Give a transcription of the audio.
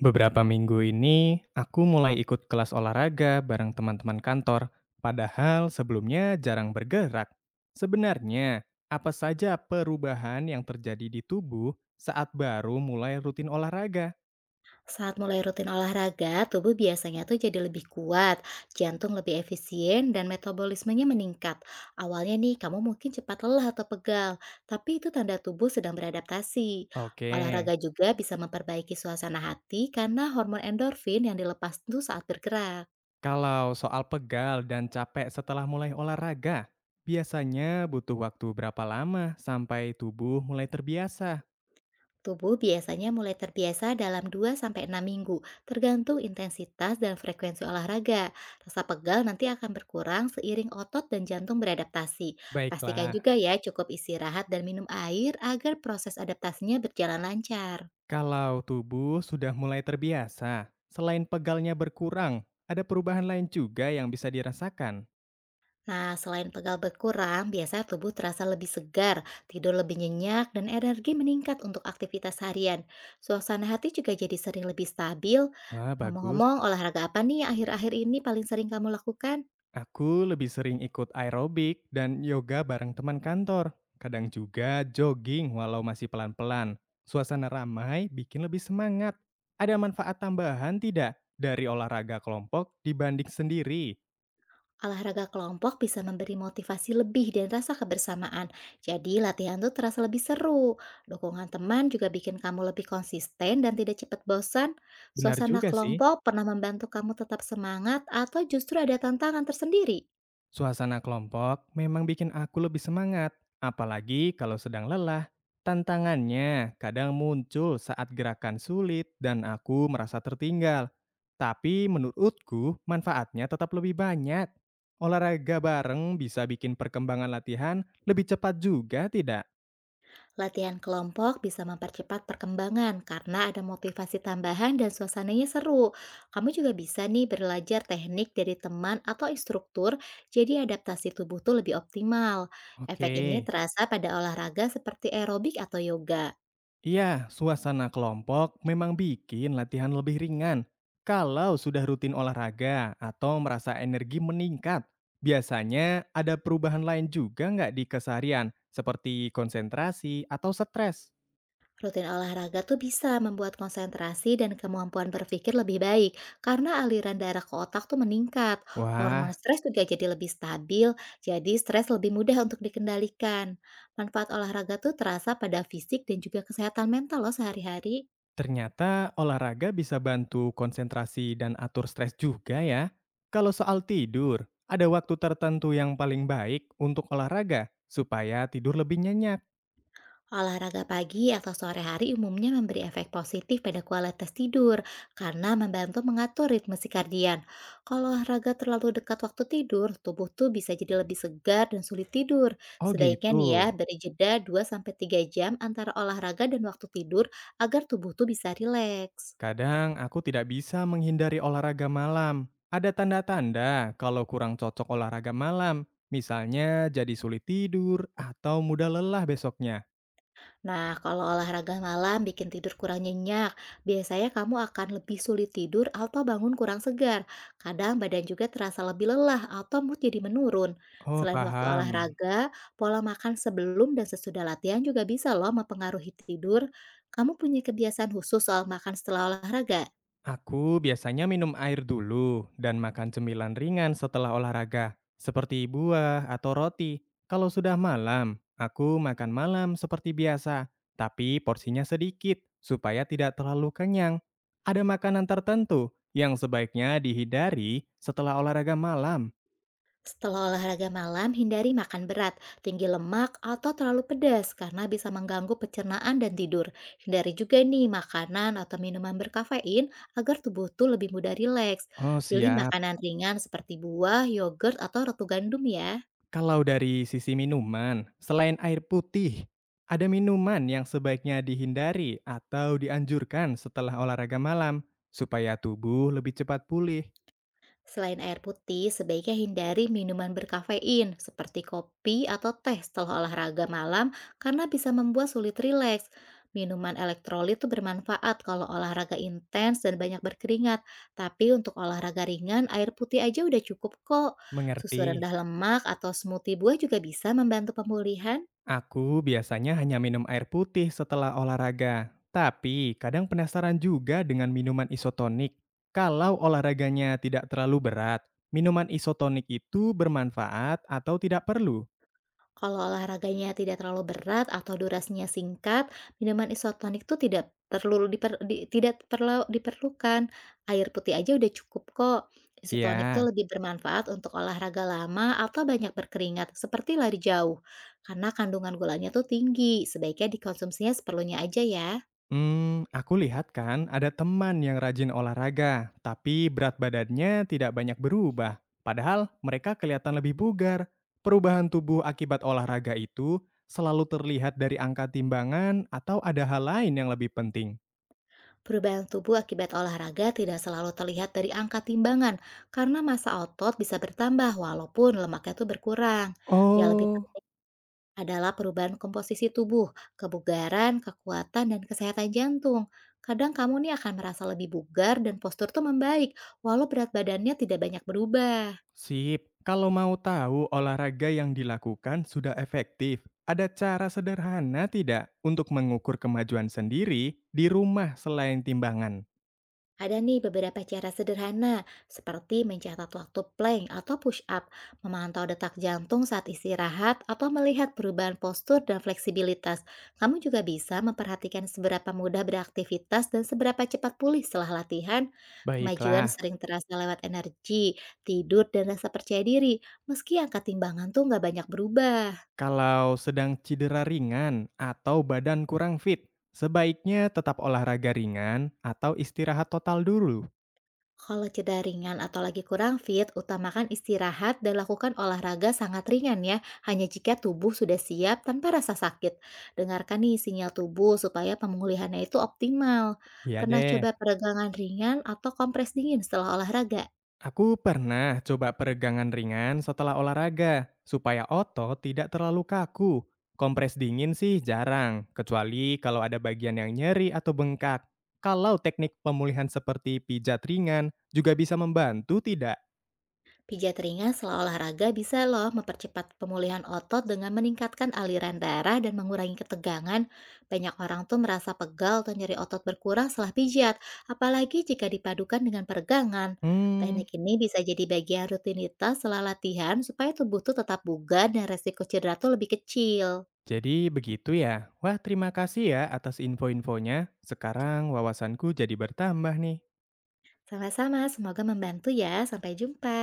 Beberapa minggu ini, aku mulai ikut kelas olahraga bareng teman-teman kantor, padahal sebelumnya jarang bergerak. Sebenarnya, apa saja perubahan yang terjadi di tubuh saat baru mulai rutin olahraga? Saat mulai rutin olahraga, tubuh biasanya tuh jadi lebih kuat, jantung lebih efisien, dan metabolismenya meningkat. Awalnya nih, kamu mungkin cepat lelah atau pegal, tapi itu tanda tubuh sedang beradaptasi. Oke, Olahraga juga bisa memperbaiki suasana hati karena hormon endorfin yang dilepas tuh saat bergerak. kalau soal pegal dan capek setelah mulai olahraga, biasanya butuh waktu berapa lama sampai tubuh mulai terbiasa? Tubuh biasanya mulai terbiasa dalam dua sampai enam minggu, tergantung intensitas dan frekuensi olahraga. Rasa pegal nanti akan berkurang seiring otot dan jantung beradaptasi. Pastikan Baiklah. juga ya cukup istirahat dan minum air agar proses adaptasinya berjalan lancar. Kalau tubuh sudah mulai terbiasa, selain pegalnya berkurang, ada perubahan lain juga yang bisa dirasakan. Nah, selain pegal berkurang, biasa tubuh terasa lebih segar, tidur lebih nyenyak, dan energi meningkat untuk aktivitas harian. Suasana hati juga jadi sering lebih stabil. Wah, bagus. Ngomong-ngomong, olahraga apa nih yang akhir-akhir ini paling sering kamu lakukan? Aku lebih sering ikut aerobik dan yoga bareng teman kantor. Kadang juga jogging walau masih pelan-pelan. Suasana ramai bikin lebih semangat. Ada manfaat tambahan tidak dari olahraga kelompok dibanding sendiri? Olahraga kelompok bisa memberi motivasi lebih dan rasa kebersamaan. Jadi latihan tuh terasa lebih seru. Dukungan teman juga bikin kamu lebih konsisten dan tidak cepat bosan. Benar Suasana juga sih. kelompok pernah membantu kamu tetap semangat atau justru ada tantangan tersendiri? Suasana kelompok memang bikin aku lebih semangat, apalagi kalau sedang lelah. Tantangannya kadang muncul saat gerakan sulit dan aku merasa tertinggal. Tapi menurutku manfaatnya tetap lebih banyak. Olahraga bareng bisa bikin perkembangan latihan lebih cepat juga tidak? Latihan kelompok bisa mempercepat perkembangan karena ada motivasi tambahan dan suasananya seru. Kamu juga bisa nih belajar teknik dari teman atau instruktur, jadi adaptasi tubuh tuh lebih optimal. Efek Oke. ini terasa pada olahraga seperti aerobik atau yoga. Iya, suasana kelompok memang bikin latihan lebih ringan. Kalau sudah rutin olahraga atau merasa energi meningkat, biasanya ada perubahan lain juga nggak di keseharian, seperti konsentrasi atau stres. Rutin olahraga tuh bisa membuat konsentrasi dan kemampuan berpikir lebih baik karena aliran darah ke otak tuh meningkat. Hormon Wah, stres juga jadi lebih stabil, jadi stres lebih mudah untuk dikendalikan. Manfaat olahraga tuh terasa pada fisik dan juga kesehatan mental loh sehari-hari. ternyata olahraga bisa bantu konsentrasi dan atur stres juga ya. Kalau soal tidur, ada waktu tertentu yang paling baik untuk olahraga supaya tidur lebih nyenyak. Olahraga pagi atau sore hari umumnya memberi efek positif pada kualitas tidur karena membantu mengatur ritme sirkadian. Kalau olahraga terlalu dekat waktu tidur, tubuh tuh bisa jadi lebih segar dan sulit tidur. Oh Sebaiknya nih ya, gitu. beri jeda dua sampai tiga jam antara olahraga dan waktu tidur agar tubuh tuh bisa rileks. Kadang aku tidak bisa menghindari olahraga malam. Ada tanda-tanda kalau kurang cocok olahraga malam, misalnya jadi sulit tidur atau mudah lelah besoknya. Nah, kalau olahraga malam bikin tidur kurang nyenyak, biasanya kamu akan lebih sulit tidur atau bangun kurang segar. Kadang badan juga terasa lebih lelah atau mood jadi menurun. Oh, Selain waktu paham. olahraga, pola makan sebelum dan sesudah latihan juga bisa loh mempengaruhi tidur. Kamu punya kebiasaan khusus soal makan setelah olahraga? Aku biasanya minum air dulu dan makan cemilan ringan setelah olahraga, seperti buah atau roti. Kalau sudah malam, aku makan malam seperti biasa, tapi porsinya sedikit supaya tidak terlalu kenyang. Ada makanan tertentu yang sebaiknya dihindari setelah olahraga malam. Setelah olahraga malam, hindari makan berat, tinggi lemak, atau terlalu pedas karena bisa mengganggu pencernaan dan tidur. Hindari juga nih makanan atau minuman berkafein agar tubuh tuh lebih mudah rileks. Oh, Pilih siap. makanan ringan seperti buah, yogurt, atau roti gandum ya. Kalau dari sisi minuman, selain air putih, ada minuman yang sebaiknya dihindari atau dianjurkan setelah olahraga malam supaya tubuh lebih cepat pulih. Selain air putih, sebaiknya hindari minuman berkafein seperti kopi atau teh setelah olahraga malam karena bisa membuat sulit rileks. Minuman elektrolit itu bermanfaat kalau olahraga intens dan banyak berkeringat, tapi untuk olahraga ringan air putih aja udah cukup kok. Susu Mengerti? rendah lemak atau smoothie buah juga bisa membantu pemulihan. Aku biasanya hanya minum air putih setelah olahraga, tapi kadang penasaran juga dengan minuman isotonik. Kalau olahraganya tidak terlalu berat, minuman isotonik itu bermanfaat atau tidak perlu? Kalau olahraganya tidak terlalu berat atau durasinya singkat, minuman isotonik tuh tidak perlu diperlukan. Air putih aja udah cukup kok. Isotonik Ya. tuh lebih bermanfaat untuk olahraga lama atau banyak berkeringat, seperti lari jauh. Karena kandungan gulanya tuh tinggi, sebaiknya dikonsumsinya seperlunya aja ya. Hmm, aku lihat kan ada teman yang rajin olahraga, tapi berat badannya tidak banyak berubah. Padahal mereka kelihatan lebih bugar. Perubahan tubuh akibat olahraga itu selalu terlihat dari angka timbangan atau ada hal lain yang lebih penting. Perubahan tubuh akibat olahraga tidak selalu terlihat dari angka timbangan, karena massa otot bisa bertambah walaupun lemaknya tuh berkurang. Ya lebih Oh, adalah perubahan komposisi tubuh, kebugaran, kekuatan, dan kesehatan jantung. Kadang kamu nih akan merasa lebih bugar dan postur tuh membaik, walau berat badannya tidak banyak berubah. sip. Kalau mau tahu olahraga yang dilakukan sudah efektif, ada cara sederhana tidak untuk mengukur kemajuan sendiri di rumah selain timbangan? Ada nih beberapa cara sederhana, seperti mencatat waktu plank atau push up, memantau detak jantung saat istirahat, atau melihat perubahan postur dan fleksibilitas. Kamu juga bisa memperhatikan seberapa mudah beraktivitas dan seberapa cepat pulih setelah latihan. Kemajuan Baiklah. sering terasa lewat energi, tidur, dan rasa percaya diri, meski angka timbangan tuh nggak banyak berubah. Kalau sedang cedera ringan atau badan kurang fit, sebaiknya tetap olahraga ringan atau istirahat total dulu. Kalau jeda ringan atau lagi kurang fit, utamakan istirahat dan lakukan olahraga sangat ringan ya, hanya jika tubuh sudah siap tanpa rasa sakit. Dengarkan nih sinyal tubuh supaya pemulihannya itu optimal. Ya Pernah deh, coba peregangan ringan atau kompres dingin setelah olahraga? aku pernah coba peregangan ringan setelah olahraga supaya otot tidak terlalu kaku. Kompres dingin sih jarang, kecuali kalau ada bagian yang nyeri atau bengkak. Kalau teknik pemulihan seperti pijat ringan juga bisa membantu tidak? Pijat ringan setelah olahraga bisa loh mempercepat pemulihan otot dengan meningkatkan aliran darah dan mengurangi ketegangan. Banyak orang tuh merasa pegal atau nyeri otot berkurang setelah pijat, apalagi jika dipadukan dengan peregangan. Hmm, Teknik ini bisa jadi bagian rutinitas setelah latihan supaya tubuh tuh tetap bugar dan resiko cedera tuh lebih kecil. jadi begitu ya. Wah, terima kasih ya atas info-infonya. Sekarang wawasanku jadi bertambah nih. Sama-sama, semoga membantu ya. Sampai jumpa.